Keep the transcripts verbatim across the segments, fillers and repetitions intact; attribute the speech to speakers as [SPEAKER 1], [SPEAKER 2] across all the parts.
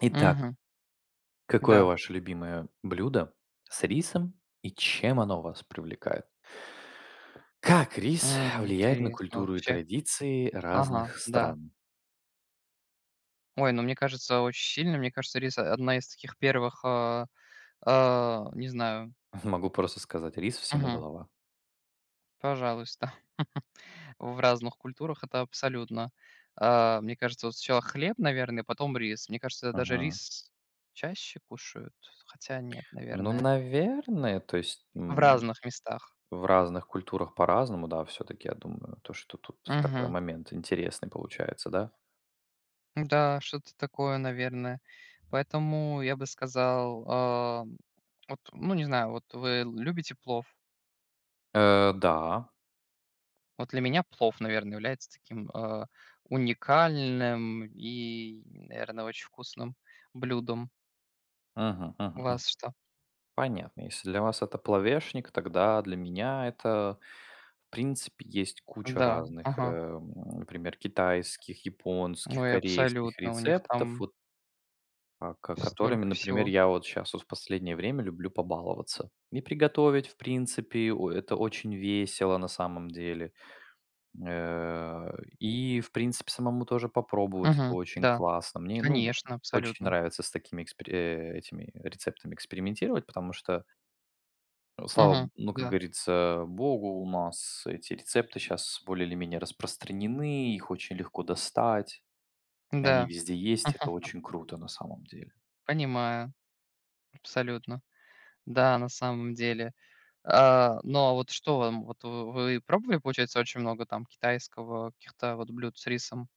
[SPEAKER 1] Итак,
[SPEAKER 2] Мгм.
[SPEAKER 1] какое
[SPEAKER 2] Да.
[SPEAKER 1] ваше любимое блюдо с рисом и чем оно вас привлекает? Как рис
[SPEAKER 2] М,
[SPEAKER 1] влияет на
[SPEAKER 2] интересно
[SPEAKER 1] культуру и
[SPEAKER 2] вообще.
[SPEAKER 1] традиции
[SPEAKER 2] Ага,
[SPEAKER 1] разных
[SPEAKER 2] да.
[SPEAKER 1] стран?
[SPEAKER 2] Ой, ну, мне кажется, очень сильно. Мне кажется, рис- одна из таких первых, а, а, не знаю.
[SPEAKER 1] Могу просто сказать, рис всему
[SPEAKER 2] Мгм.
[SPEAKER 1] голова.
[SPEAKER 2] Пожалуйста. В разных культурах это абсолютно. А, мне кажется, вот сначала хлеб, наверное, потом рис. Мне кажется, даже
[SPEAKER 1] Мгм.
[SPEAKER 2] рис чаще кушают, хотя нет,
[SPEAKER 1] Ну,
[SPEAKER 2] наверное,
[SPEAKER 1] наверное, то есть
[SPEAKER 2] в
[SPEAKER 1] м,
[SPEAKER 2] разных местах.
[SPEAKER 1] в разных культурах по-разному, да, все-таки, я думаю, то, что тут такой
[SPEAKER 2] Мгм.
[SPEAKER 1] момент интересный получается, да?
[SPEAKER 2] Да, что-то такое, наверное. Поэтому я бы сказал, а, вот, ну, не знаю, вот вы любите плов?
[SPEAKER 1] Э, да.
[SPEAKER 2] Вот для меня плов, наверное, является таким а, уникальным и, наверное, очень вкусным блюдом.
[SPEAKER 1] Мгм,
[SPEAKER 2] У
[SPEAKER 1] мгм.
[SPEAKER 2] вас что?
[SPEAKER 1] Понятно. Если для вас это плавешник, тогда для меня это, в принципе, есть куча
[SPEAKER 2] Да,
[SPEAKER 1] разных, э,
[SPEAKER 2] ага.
[SPEAKER 1] м, например, китайских, японских,
[SPEAKER 2] Ну и
[SPEAKER 1] корейских
[SPEAKER 2] абсолютно, у них
[SPEAKER 1] рецептов,
[SPEAKER 2] там
[SPEAKER 1] вот, а, ко- которыми,
[SPEAKER 2] столько
[SPEAKER 1] например,
[SPEAKER 2] всего.
[SPEAKER 1] я вот сейчас вот в последнее время люблю побаловаться. И приготовить, в принципе, о- это очень весело на самом деле. Э, И, в принципе, самому тоже попробовать это
[SPEAKER 2] Мгм.
[SPEAKER 1] очень
[SPEAKER 2] Да,
[SPEAKER 1] классно. Мне, ну,
[SPEAKER 2] конечно,
[SPEAKER 1] очень
[SPEAKER 2] абсолютно.
[SPEAKER 1] нравится с такими экспер- э, этими рецептами экспериментировать, потому что Слава, б-
[SPEAKER 2] Мгм.
[SPEAKER 1] ну, как
[SPEAKER 2] Да,
[SPEAKER 1] говорится, богу, у нас эти рецепты сейчас более или менее распространены, их очень легко достать, и они
[SPEAKER 2] да,
[SPEAKER 1] везде есть, это
[SPEAKER 2] мгм,
[SPEAKER 1] очень круто на самом деле.
[SPEAKER 2] понимаю, абсолютно. Да, на самом деле. А, но вот что вам, вот вы вы пробовали, получается, очень много там китайского, каких-то вот блюд с рисом?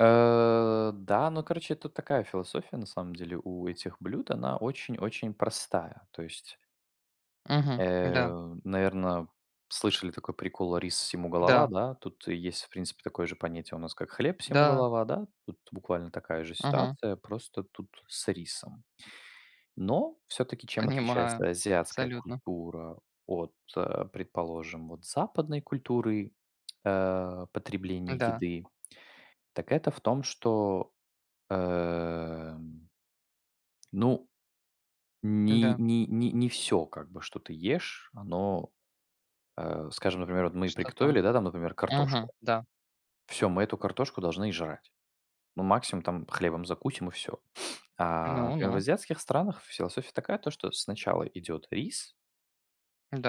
[SPEAKER 1] Э, да, ну, короче, тут такая философия, на самом деле, у этих блюд, она очень-очень простая. То есть,
[SPEAKER 2] Мгм. Да,
[SPEAKER 1] наверное, слышали такой прикол «рис всему голова»,
[SPEAKER 2] да,
[SPEAKER 1] да? Тут и есть, в принципе, такое же понятие у нас, как «хлеб всему
[SPEAKER 2] да,
[SPEAKER 1] голова», да? Тут буквально такая же
[SPEAKER 2] мгм.
[SPEAKER 1] ситуация, просто тут с рисом. Но все-таки чем
[SPEAKER 2] Понимаю.
[SPEAKER 1] отличается азиатская
[SPEAKER 2] Абсолютно.
[SPEAKER 1] культура от, э, предположим, вот западной культуры, э, потребления
[SPEAKER 2] Да,
[SPEAKER 1] еды, так это в том, что, эм, ну, не
[SPEAKER 2] да.
[SPEAKER 1] не не не все, как бы, что ты ешь, оно, э, скажем, например, вот мы
[SPEAKER 2] Что там?
[SPEAKER 1] приготовили, да, там, например,
[SPEAKER 2] Мгм.
[SPEAKER 1] картошку.
[SPEAKER 2] Да.
[SPEAKER 1] Все, мы эту картошку должны и жрать. Ну, максимум там хлебом закусим и все. А,
[SPEAKER 2] Ну
[SPEAKER 1] например, в
[SPEAKER 2] ну.
[SPEAKER 1] азиатских странах философия такая, то что сначала идет рис,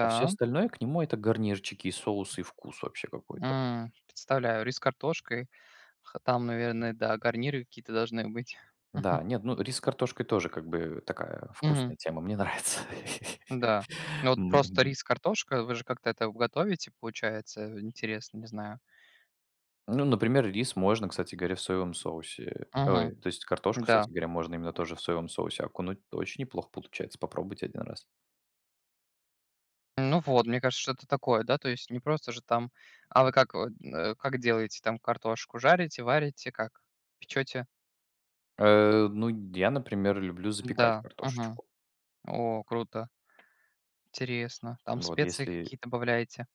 [SPEAKER 1] а все остальное к нему — это гарнирчики и соусы, и вкус вообще какой-то.
[SPEAKER 2] М, представляю, рис с картошкой. Х там, наверное, да, гарниры какие-то должны быть.
[SPEAKER 1] Да, нет, ну, рис с картошкой тоже как бы такая
[SPEAKER 2] Мгм.
[SPEAKER 1] вкусная тема, мне нравится.
[SPEAKER 2] Да. Ну вот
[SPEAKER 1] Мне,
[SPEAKER 2] просто
[SPEAKER 1] м
[SPEAKER 2] рис, картошка, вы же как-то это готовите, получается, интересно, не знаю.
[SPEAKER 1] Ну, например, рис можно, кстати говоря, в соевом соусе.
[SPEAKER 2] Мгм.
[SPEAKER 1] Ой, то есть картошку,
[SPEAKER 2] Да.
[SPEAKER 1] кстати говоря, можно именно тоже в соевом соусе окунуть. Очень неплохо получается, попробуйте один раз.
[SPEAKER 2] Ну вот, мне кажется, что-то такое, да, то есть не просто же там, а вы как, вот, э, как делаете там картошку? Жарите, варите, как? Печете?
[SPEAKER 1] Э, ну, я, например, люблю запекать
[SPEAKER 2] Да, ага.
[SPEAKER 1] картошечку.
[SPEAKER 2] О, круто, интересно. Там
[SPEAKER 1] Вот
[SPEAKER 2] специи
[SPEAKER 1] если
[SPEAKER 2] какие добавляете?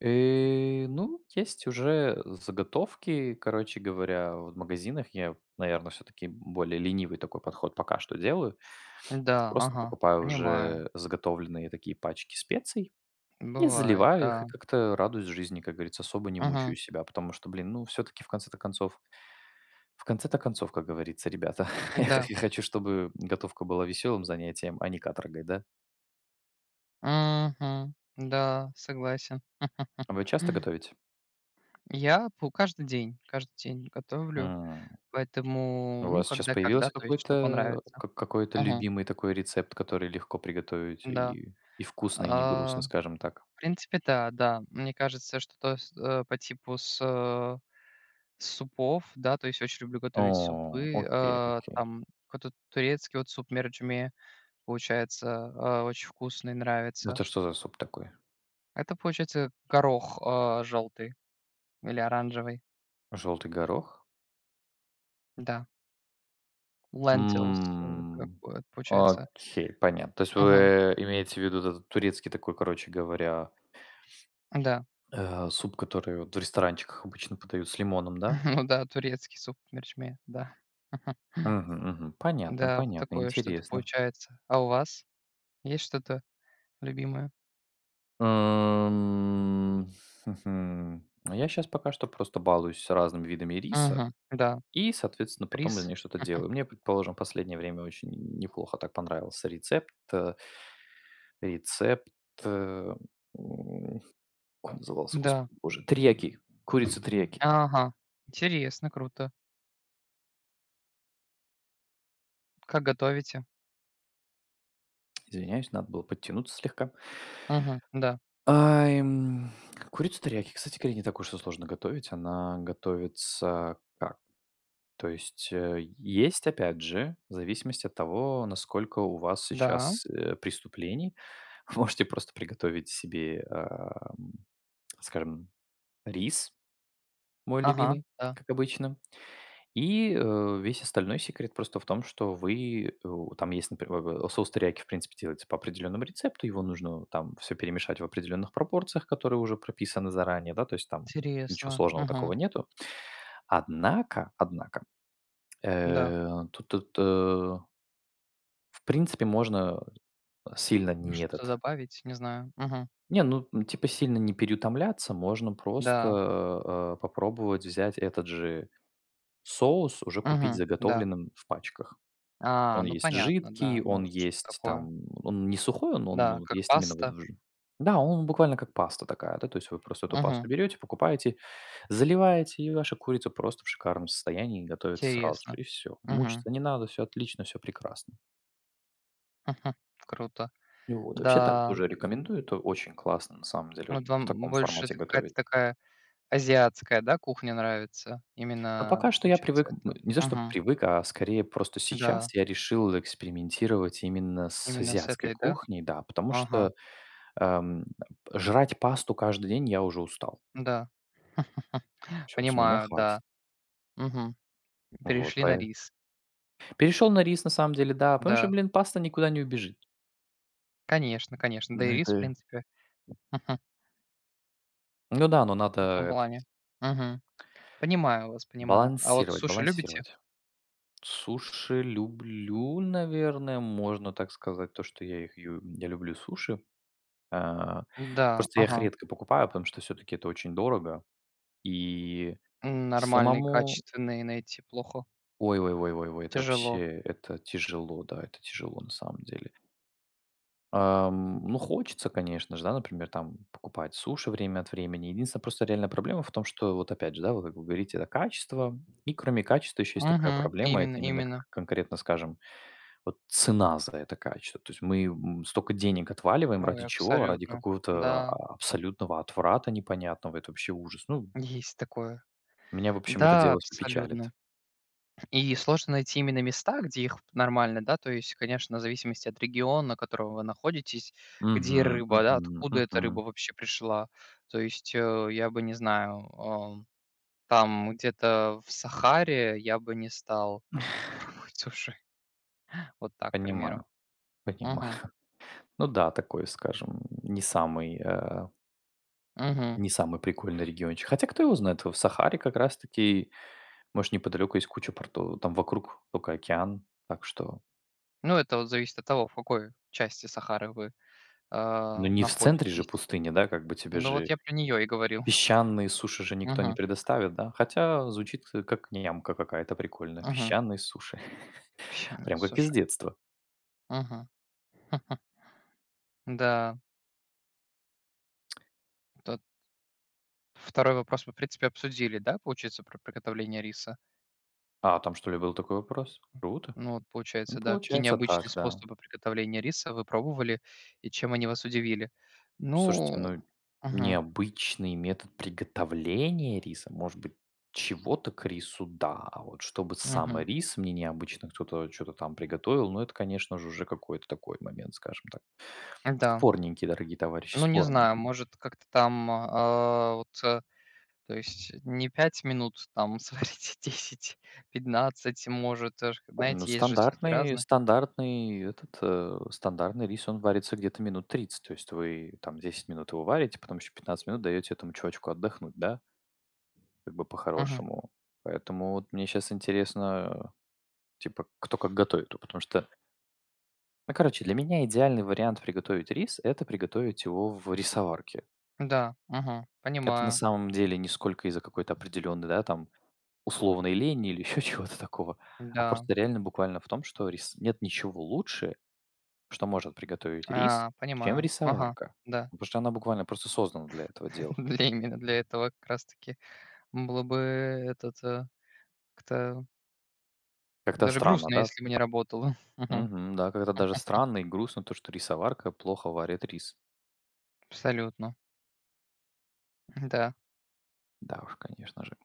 [SPEAKER 1] И Ну, есть уже заготовки, короче говоря, в магазинах. Я, наверное, все-таки более ленивый такой подход пока что делаю. Это
[SPEAKER 2] Да,
[SPEAKER 1] просто
[SPEAKER 2] ага,
[SPEAKER 1] покупаю
[SPEAKER 2] понимаю,
[SPEAKER 1] уже заготовленные такие пачки специй и
[SPEAKER 2] бывает,
[SPEAKER 1] заливаю их, и
[SPEAKER 2] да,
[SPEAKER 1] как-то радуюсь жизни, как говорится, особо не
[SPEAKER 2] мгм,
[SPEAKER 1] мучаю себя, потому что, блин, ну, все-таки в конце-то концов, в конце-то концов, как говорится, ребята, я х-
[SPEAKER 2] да,
[SPEAKER 1] я хочу, чтобы готовка была веселым занятием, а не каторгой, да?
[SPEAKER 2] мгм, да, согласен.
[SPEAKER 1] А вы часто готовите?
[SPEAKER 2] Я пу каждый день, каждый день готовлю,
[SPEAKER 1] У
[SPEAKER 2] поэтому, ну,
[SPEAKER 1] вас сейчас
[SPEAKER 2] когда когда,
[SPEAKER 1] появился
[SPEAKER 2] то есть что
[SPEAKER 1] какой-то
[SPEAKER 2] понравится.
[SPEAKER 1] ка какой-то
[SPEAKER 2] Мгм,
[SPEAKER 1] любимый такой рецепт, который легко приготовить
[SPEAKER 2] да.
[SPEAKER 1] и и вкусно, и не
[SPEAKER 2] А
[SPEAKER 1] грустно, скажем так?
[SPEAKER 2] В принципе, да, да. Мне кажется, что-то с э, по типу с, э, супов, да, то есть очень люблю
[SPEAKER 1] О,
[SPEAKER 2] готовить супы.
[SPEAKER 1] окей,
[SPEAKER 2] Э,
[SPEAKER 1] окей.
[SPEAKER 2] там какой-то турецкий вот суп мерджме получается, э, очень вкусный, нравится.
[SPEAKER 1] Это что за суп такой?
[SPEAKER 2] Это получается горох, э, желтый или оранжевый,
[SPEAKER 1] Желтый горох?
[SPEAKER 2] да. Lentils, э, как
[SPEAKER 1] М.
[SPEAKER 2] бы это получается.
[SPEAKER 1] Окей, понятно. То есть
[SPEAKER 2] Мгм.
[SPEAKER 1] вы имеете в виду вот этот турецкий такой, короче говоря,
[SPEAKER 2] Да.
[SPEAKER 1] э, суп, который вот в ресторанчиках обычно подают с лимоном, да?
[SPEAKER 2] Ну да, турецкий суп мерчме. да.
[SPEAKER 1] Мгм, мгм. Понятно,
[SPEAKER 2] Да, вот
[SPEAKER 1] понятно,
[SPEAKER 2] такое что-то
[SPEAKER 1] интересно.
[SPEAKER 2] получается. А у вас есть что-то любимое?
[SPEAKER 1] Эм, хм-хм. А я сейчас пока что просто балуюсь с разными видами риса
[SPEAKER 2] Мгм. Да.
[SPEAKER 1] и, соответственно,
[SPEAKER 2] Рис?
[SPEAKER 1] потом из нее что-то делаю. Мне, предположим, в последнее время очень неплохо так понравился рецепт, э, рецепт, э, м, как он назывался,
[SPEAKER 2] Мгм. Да.
[SPEAKER 1] господи боже, терияки, курица терияки.
[SPEAKER 2] Ага. Интересно, круто. Как готовите?
[SPEAKER 1] Извиняюсь, надо было подтянуться слегка.
[SPEAKER 2] Мгм. Да.
[SPEAKER 1] А, эм, Курица терияки, кстати говоря, не так уж и сложно готовить. Она готовится как? То есть, э, есть, опять же, в зависимости от того, насколько у вас
[SPEAKER 2] Да.
[SPEAKER 1] сейчас, э, преступлений. Вы можете просто приготовить себе, ам, скажем, рис, мой
[SPEAKER 2] Ага.
[SPEAKER 1] любимый,
[SPEAKER 2] Да.
[SPEAKER 1] как обычно. И, э, весь остальной секрет просто в том, что вы, у там есть, например, в соус терияки, в принципе, делается по определенному рецепту, его нужно там все перемешать в определенных пропорциях, которые уже прописаны заранее, да, то есть там ничего
[SPEAKER 2] Интересно.
[SPEAKER 1] сложного такого
[SPEAKER 2] Мгм.
[SPEAKER 1] нету. Однако, однако
[SPEAKER 2] Да.
[SPEAKER 1] Э, тут тут, э, В принципе, можно сильно не
[SPEAKER 2] Что-то
[SPEAKER 1] этот
[SPEAKER 2] добавить? Не знаю. Мгм.
[SPEAKER 1] не, ну, м, типа, сильно не переутомляться, можно просто,
[SPEAKER 2] Да.
[SPEAKER 1] э, попробовать взять этот же соус, уже купить
[SPEAKER 2] Мгм. Да.
[SPEAKER 1] заготовленным в пачках.
[SPEAKER 2] А,
[SPEAKER 1] Он
[SPEAKER 2] ну
[SPEAKER 1] есть
[SPEAKER 2] понятно, да,
[SPEAKER 1] жидкий, он
[SPEAKER 2] может что-то
[SPEAKER 1] есть
[SPEAKER 2] такое.
[SPEAKER 1] там он не сухой, он он
[SPEAKER 2] Да,
[SPEAKER 1] ну,
[SPEAKER 2] как
[SPEAKER 1] есть именно вот
[SPEAKER 2] паста.
[SPEAKER 1] в жи Да, он буквально как паста такая, да, то есть вы просто эту пасту
[SPEAKER 2] Мгм.
[SPEAKER 1] берете, покупаете, заливаете, и ваша курица просто в шикарном состоянии готовится сразу же,
[SPEAKER 2] Интересно.
[SPEAKER 1] и все.
[SPEAKER 2] Мгм.
[SPEAKER 1] Мучиться не надо, все отлично, все прекрасно.
[SPEAKER 2] Мгм. Круто.
[SPEAKER 1] Ну вот, вообще так
[SPEAKER 2] Да.
[SPEAKER 1] тоже рекомендую, это очень классно на самом деле вот
[SPEAKER 2] Вот
[SPEAKER 1] в
[SPEAKER 2] вам
[SPEAKER 1] таком
[SPEAKER 2] больше
[SPEAKER 1] формате
[SPEAKER 2] это какая-то
[SPEAKER 1] готовить.
[SPEAKER 2] такая азиатская, да, кухня нравится?
[SPEAKER 1] Но
[SPEAKER 2] Именно
[SPEAKER 1] пока что я привык,
[SPEAKER 2] получается
[SPEAKER 1] ну,
[SPEAKER 2] это.
[SPEAKER 1] не то что
[SPEAKER 2] Мгм.
[SPEAKER 1] привык, а скорее просто
[SPEAKER 2] Да.
[SPEAKER 1] сейчас я решил экспериментировать именно с
[SPEAKER 2] Именно с
[SPEAKER 1] азиатской
[SPEAKER 2] этой, да?
[SPEAKER 1] кухней, да, потому
[SPEAKER 2] Ага,
[SPEAKER 1] что, ам, жрать пасту каждый день я уже устал.
[SPEAKER 2] да.
[SPEAKER 1] Всё, с меня
[SPEAKER 2] Понимаю,
[SPEAKER 1] хватит.
[SPEAKER 2] да. Мгм.
[SPEAKER 1] Вот,
[SPEAKER 2] Перешли на рис.
[SPEAKER 1] перешел на рис на самом деле, да, потому что,
[SPEAKER 2] Да,
[SPEAKER 1] блин, паста никуда не убежит.
[SPEAKER 2] конечно, конечно. Да
[SPEAKER 1] Ну
[SPEAKER 2] и рис, в
[SPEAKER 1] это
[SPEAKER 2] принципе,
[SPEAKER 1] ну да, но надо
[SPEAKER 2] в этом
[SPEAKER 1] этот
[SPEAKER 2] плане. Мгм. Понимаю вас, понимаю. А вот
[SPEAKER 1] балансировать,
[SPEAKER 2] суши любите?
[SPEAKER 1] балансировать. Суши люблю, наверное, можно так сказать, то, что я их ю я люблю суши. А,
[SPEAKER 2] Да,
[SPEAKER 1] просто я их
[SPEAKER 2] ага.
[SPEAKER 1] редко покупаю, потому что все таки это очень дорого. И
[SPEAKER 2] М, Нормальные,
[SPEAKER 1] самому
[SPEAKER 2] качественные найти плохо.
[SPEAKER 1] ой ой ой ой ой, это
[SPEAKER 2] Тяжело.
[SPEAKER 1] вообще, это тяжело, да, это тяжело на самом деле. Ам, ну, хочется, конечно же, да, например, там покупать суши время от времени. Единственная просто реальная проблема в том, что вот опять же, да, вот как вы говорите, это качество. И кроме качества еще есть такая
[SPEAKER 2] Мгм.
[SPEAKER 1] проблема, это
[SPEAKER 2] Именно,
[SPEAKER 1] именно к
[SPEAKER 2] именно.
[SPEAKER 1] конкретно, скажем Вот цена за это качество. То есть мы, м, столько денег отваливаем
[SPEAKER 2] Ой,
[SPEAKER 1] ради чего? Ради
[SPEAKER 2] абсолютно.
[SPEAKER 1] какого-то
[SPEAKER 2] Да,
[SPEAKER 1] а абсолютного отврата непонятного. Это вообще ужас. Ну,
[SPEAKER 2] есть такое.
[SPEAKER 1] меня, в общем, это
[SPEAKER 2] Да,
[SPEAKER 1] дело все печалит.
[SPEAKER 2] абсолютно. И сложно найти именно места, где их нормально, да, то есть, конечно, в зависимости от региона, в котором вы находитесь,
[SPEAKER 1] Мгм,
[SPEAKER 2] где рыба, да,
[SPEAKER 1] мгм,
[SPEAKER 2] откуда эта рыба
[SPEAKER 1] мгм.
[SPEAKER 2] вообще пришла. То есть, э, я бы, не знаю, ам, там где-то в Сахаре я бы не стал пробовать суши. Вот так, к примеру.
[SPEAKER 1] Понимаю,
[SPEAKER 2] Мгм,
[SPEAKER 1] понимаю. Ну да, такой, скажем, не самый, э,
[SPEAKER 2] мгм.
[SPEAKER 1] не самый прикольный региончик. Хотя кто его знает, в Сахаре как раз таки, может, неподалеку есть куча портов, там вокруг только океан. Так что,
[SPEAKER 2] Ну, это вот зависит от того, в какой части Сахары вы,
[SPEAKER 1] ну,
[SPEAKER 2] а,
[SPEAKER 1] не в центре же
[SPEAKER 2] находитесь.
[SPEAKER 1] пустыни, да, как бы тебе
[SPEAKER 2] Ну, вот
[SPEAKER 1] же
[SPEAKER 2] я про нее и говорил.
[SPEAKER 1] Песчаные суши же никто не
[SPEAKER 2] Мгм,
[SPEAKER 1] предоставит, да? Хотя звучит, э, как нямка какая-то прикольная.
[SPEAKER 2] мгм.
[SPEAKER 1] Песчаные суши.
[SPEAKER 2] Песчаные
[SPEAKER 1] Прям как из
[SPEAKER 2] суши.
[SPEAKER 1] детства.
[SPEAKER 2] Мгм. Да, то Второй вопрос мы, в принципе, обсудили, да, получается, про приготовление риса?
[SPEAKER 1] А, там что ли был такой вопрос? Круто.
[SPEAKER 2] Ну, вот
[SPEAKER 1] Ну,
[SPEAKER 2] получается, да, какие
[SPEAKER 1] получается так,
[SPEAKER 2] необычные
[SPEAKER 1] да.
[SPEAKER 2] способы приготовления риса вы пробовали и чем они вас удивили?
[SPEAKER 1] Слушайте, ну,
[SPEAKER 2] Ну, мгм,
[SPEAKER 1] необычный метод приготовления риса. Может быть, чего-то к рису, да. А вот чтобы сам
[SPEAKER 2] мгм,
[SPEAKER 1] рис мне необычно кто-то что-то там приготовил, ну, это, конечно же, уже какой-то такой момент, скажем так.
[SPEAKER 2] да.
[SPEAKER 1] Спорненький, дорогие товарищи,
[SPEAKER 2] Ну, не знаю,
[SPEAKER 1] спорненький.
[SPEAKER 2] может, как-то там, а, вот, э, то есть не пять минут там сварить, десять, пятнадцать, может, э,
[SPEAKER 1] Ну,
[SPEAKER 2] знаете, есть же все таки
[SPEAKER 1] стандартный
[SPEAKER 2] разные.
[SPEAKER 1] стандартный этот, э, стандартный рис, он варится где-то минут тридцать. То есть вы там десять минут его варите, потом еще пятнадцать минут даете этому чувачку отдохнуть, да, как бы
[SPEAKER 2] Мгм.
[SPEAKER 1] по-хорошему. Поэтому вот мне сейчас интересно, типа, кто как готовит. Ну, потому что, ну, короче, для меня идеальный вариант приготовить рис — это приготовить его в рисоварке.
[SPEAKER 2] Да, мгм,
[SPEAKER 1] Это на
[SPEAKER 2] понимаю,
[SPEAKER 1] самом деле не сколько из-за какой-то определенной, да, там, условной лени или еще чего-то такого, а
[SPEAKER 2] да,
[SPEAKER 1] просто реально буквально в том, что рис нет ничего лучше, Что может приготовить рис,
[SPEAKER 2] а,
[SPEAKER 1] чем
[SPEAKER 2] понимаю, ага,
[SPEAKER 1] рисоварка.
[SPEAKER 2] да.
[SPEAKER 1] Ну, потому что она буквально просто создана для этого дела.
[SPEAKER 2] Для именно для этого как раз таки было бы этот, э, как-то
[SPEAKER 1] Как-то
[SPEAKER 2] даже
[SPEAKER 1] странно,
[SPEAKER 2] грустно,
[SPEAKER 1] да?
[SPEAKER 2] если бы не работало. Мгм.
[SPEAKER 1] Мгм, да, как-то даже странно и грустно то, что рисоварка плохо варит рис.
[SPEAKER 2] Абсолютно. Да,
[SPEAKER 1] Да уж, конечно же,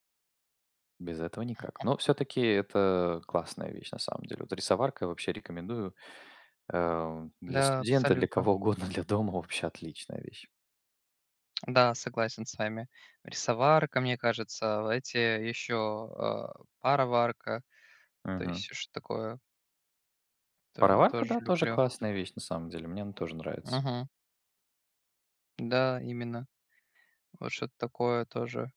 [SPEAKER 1] без этого никак. Но все-таки это классная вещь на самом деле. Вот рисоварка вообще рекомендую э, для
[SPEAKER 2] да,
[SPEAKER 1] студента, для
[SPEAKER 2] абсолютно.
[SPEAKER 1] кого угодно, для дома вообще отличная вещь.
[SPEAKER 2] Да, согласен с вами. Рисоварка, мне кажется, а эти еще, э, пароварка, то
[SPEAKER 1] Мгм.
[SPEAKER 2] есть что такое то
[SPEAKER 1] Пароварка,
[SPEAKER 2] тоже
[SPEAKER 1] да, тоже
[SPEAKER 2] люблю.
[SPEAKER 1] классная вещь на самом деле. Мне она тоже нравится.
[SPEAKER 2] Мгм. Да, именно. Вот что-то такое тоже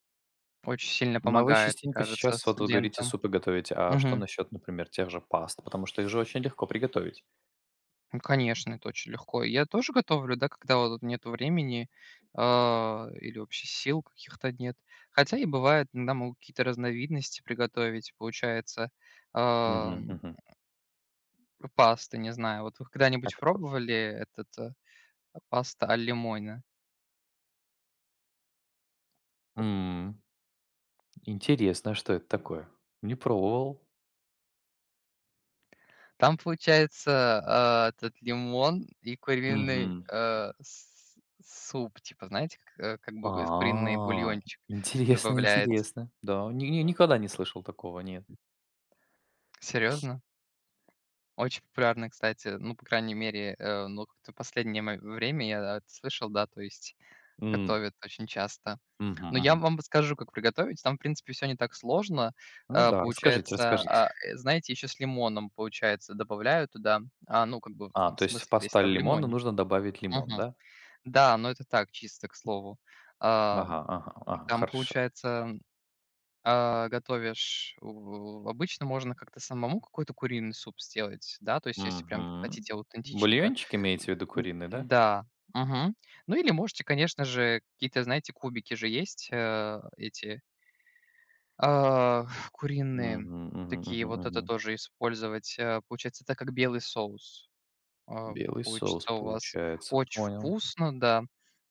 [SPEAKER 2] очень сильно
[SPEAKER 1] Но вы
[SPEAKER 2] помогает, мне
[SPEAKER 1] частенько
[SPEAKER 2] кажется,
[SPEAKER 1] сейчас, вот вы говорите,
[SPEAKER 2] студентам.
[SPEAKER 1] супы готовите. А что
[SPEAKER 2] Мгм.
[SPEAKER 1] насчет, например, тех же паст? Потому что их же очень легко приготовить.
[SPEAKER 2] Ну, конечно, это очень легко. Я тоже готовлю, да, когда вот нету времени, а, или вообще сил каких-то нет. Хотя и бывает, иногда могу какие-то разновидности приготовить, получается,
[SPEAKER 1] Мгм,
[SPEAKER 2] ам,
[SPEAKER 1] мгм.
[SPEAKER 2] пасты, не знаю. Вот вы
[SPEAKER 1] А
[SPEAKER 2] когда-нибудь
[SPEAKER 1] како
[SPEAKER 2] пробовали этот, э, паста аль лимоне?
[SPEAKER 1] М, интересно, а что это такое? Не пробовал.
[SPEAKER 2] Там получается, а, этот лимон и куриный,
[SPEAKER 1] Мгм.
[SPEAKER 2] э, с суп, типа, знаете, как, э, как бы куриный
[SPEAKER 1] А,
[SPEAKER 2] бульончик
[SPEAKER 1] интересно,
[SPEAKER 2] добавляется.
[SPEAKER 1] интересно. Да, ни ни никогда не слышал такого, нет.
[SPEAKER 2] Серьезно? Очень популярно, кстати. Ну, по крайней мере, э, ну, как-то в последнее мо время я это слышал, да, то есть
[SPEAKER 1] М,
[SPEAKER 2] готовят очень часто.
[SPEAKER 1] мгм,
[SPEAKER 2] Но я
[SPEAKER 1] мгм.
[SPEAKER 2] вам подскажу, как приготовить. Там, в принципе, все не так сложно.
[SPEAKER 1] Ну
[SPEAKER 2] Э,
[SPEAKER 1] да, расскажите,
[SPEAKER 2] получается,
[SPEAKER 1] расскажите.
[SPEAKER 2] а, э, знаете, еще с лимоном, получается, добавляю туда. А, ну, как бы,
[SPEAKER 1] А,
[SPEAKER 2] м,
[SPEAKER 1] то есть в
[SPEAKER 2] смысл весь
[SPEAKER 1] пасталь
[SPEAKER 2] это в
[SPEAKER 1] лимона
[SPEAKER 2] лимоне.
[SPEAKER 1] нужно добавить лимон,
[SPEAKER 2] Мгм.
[SPEAKER 1] да?
[SPEAKER 2] Да, но это так, чисто к слову. А,
[SPEAKER 1] Ага, ага, ага,
[SPEAKER 2] там,
[SPEAKER 1] хорошо.
[SPEAKER 2] получается а, готовишь, у обычно можно как-то самому какой-то куриный суп сделать, да, то есть если прям так
[SPEAKER 1] Мгм.
[SPEAKER 2] хотите аутентичненько.
[SPEAKER 1] Бульончик имеете в
[SPEAKER 2] М,
[SPEAKER 1] виду
[SPEAKER 2] м,
[SPEAKER 1] куриный, да?
[SPEAKER 2] да, мгм. Ну или можете, конечно же, какие-то, знаете, кубики же есть, э, эти, а, куриные,
[SPEAKER 1] Мгм, мгм,
[SPEAKER 2] такие,
[SPEAKER 1] мгм,
[SPEAKER 2] вот это
[SPEAKER 1] мгм.
[SPEAKER 2] тоже использовать. Э, получается, это как белый соус, а, по
[SPEAKER 1] Белый соус
[SPEAKER 2] получится у вас.
[SPEAKER 1] получается,
[SPEAKER 2] Очень
[SPEAKER 1] понял.
[SPEAKER 2] вкусно, да.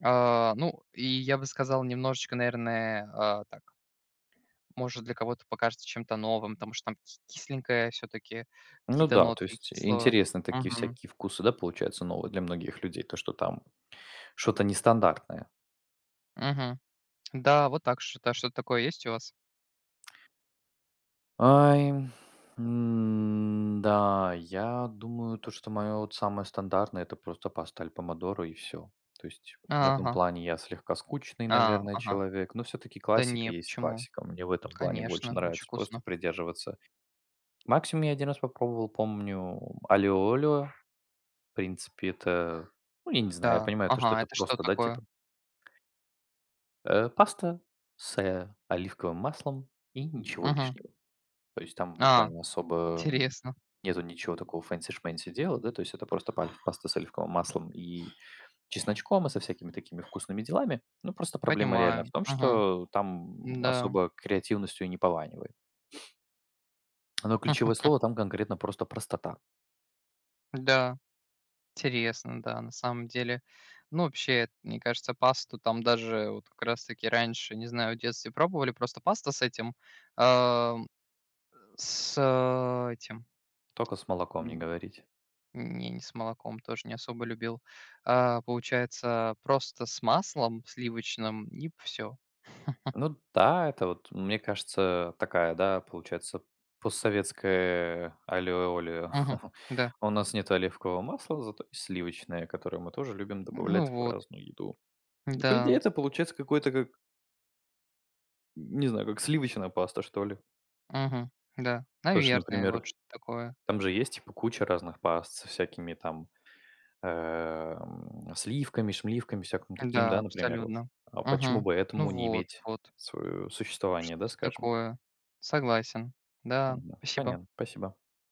[SPEAKER 2] А, ну, и я бы сказал, немножечко, наверное, а, так может, для кого-то покажется чем-то новым, потому что там ки- кисленькое все-таки,
[SPEAKER 1] Ну
[SPEAKER 2] какие-то
[SPEAKER 1] да, то
[SPEAKER 2] нотки
[SPEAKER 1] есть
[SPEAKER 2] кислого.
[SPEAKER 1] интересны такие
[SPEAKER 2] Мгм.
[SPEAKER 1] всякие вкусы, да, получается, новые для многих людей, то, что там что-то нестандартное.
[SPEAKER 2] Мгм. Да, вот так что-то, что-то такое есть у вас?
[SPEAKER 1] Ай, м, да, я думаю, то, что мое вот самое стандартное, это просто паста аль помодоро и все. То есть в этом
[SPEAKER 2] Ага,
[SPEAKER 1] плане я слегка скучный,
[SPEAKER 2] а,
[SPEAKER 1] наверное,
[SPEAKER 2] ага.
[SPEAKER 1] человек, но все-таки
[SPEAKER 2] Да
[SPEAKER 1] классика
[SPEAKER 2] не,
[SPEAKER 1] есть
[SPEAKER 2] почему?
[SPEAKER 1] классика. Мне в этом плане больше
[SPEAKER 2] Конечно, очень
[SPEAKER 1] нравится просто
[SPEAKER 2] вкусно.
[SPEAKER 1] придерживаться. Максимум я один раз попробовал, помню, алио. В принципе, это, ну, я не знаю, я
[SPEAKER 2] Да,
[SPEAKER 1] понимаю то, что
[SPEAKER 2] ага,
[SPEAKER 1] это
[SPEAKER 2] это что
[SPEAKER 1] просто, да,
[SPEAKER 2] такое?
[SPEAKER 1] типа, э, паста с, э, оливковым маслом и ничего
[SPEAKER 2] Мгм.
[SPEAKER 1] лишнего. То есть там
[SPEAKER 2] А,
[SPEAKER 1] буквально особо н
[SPEAKER 2] интересно,
[SPEAKER 1] нету ничего такого фэнси-шмэнси дела, да, то есть это просто паль паста с оливковым маслом и чесночком, и со всякими такими вкусными делами. Ну, просто проблема реально в
[SPEAKER 2] понимаю.
[SPEAKER 1] том,
[SPEAKER 2] Мгм.
[SPEAKER 1] что там
[SPEAKER 2] Да,
[SPEAKER 1] особо креативностью и не пованивает. Но ключевое слово там конкретно просто простота.
[SPEAKER 2] да. Интересно, да, на самом деле. Ну, вообще, мне кажется, пасту там даже вот как раз-таки раньше, не знаю, в детстве пробовали, просто паста с этим, а, с э, этим,
[SPEAKER 1] Только с молоком не
[SPEAKER 2] н-
[SPEAKER 1] говорите.
[SPEAKER 2] не, не с молоком, тоже не особо любил. А, получается, просто с маслом сливочным и все.
[SPEAKER 1] Ну да, это вот, мне кажется, такая, да, получается, постсоветская аллио-олио.
[SPEAKER 2] Мгм. Да.
[SPEAKER 1] У нас нет оливкового масла, зато есть сливочное, которое мы тоже любим
[SPEAKER 2] Ну
[SPEAKER 1] добавлять в
[SPEAKER 2] вот,
[SPEAKER 1] разную еду. Ну, по идее,
[SPEAKER 2] да.
[SPEAKER 1] это получается какой-то как, не знаю, как сливочная паста, что ли.
[SPEAKER 2] Мгм. Да.
[SPEAKER 1] Потому что,
[SPEAKER 2] Наверное, вот
[SPEAKER 1] например,
[SPEAKER 2] что такое.
[SPEAKER 1] там же есть типа куча разных паст со всякими там эм, сливками, шмливками, всяким таким,
[SPEAKER 2] Да,
[SPEAKER 1] да, например. Вот.
[SPEAKER 2] абсолютно.
[SPEAKER 1] А почему
[SPEAKER 2] Мгм.
[SPEAKER 1] бы
[SPEAKER 2] Ну
[SPEAKER 1] этому не
[SPEAKER 2] вот,
[SPEAKER 1] иметь
[SPEAKER 2] вот.
[SPEAKER 1] свое существование, да,
[SPEAKER 2] Что-то
[SPEAKER 1] скажем?
[SPEAKER 2] такое. Согласен. Да,
[SPEAKER 1] Мгм.
[SPEAKER 2] спасибо.
[SPEAKER 1] Понятно, спасибо.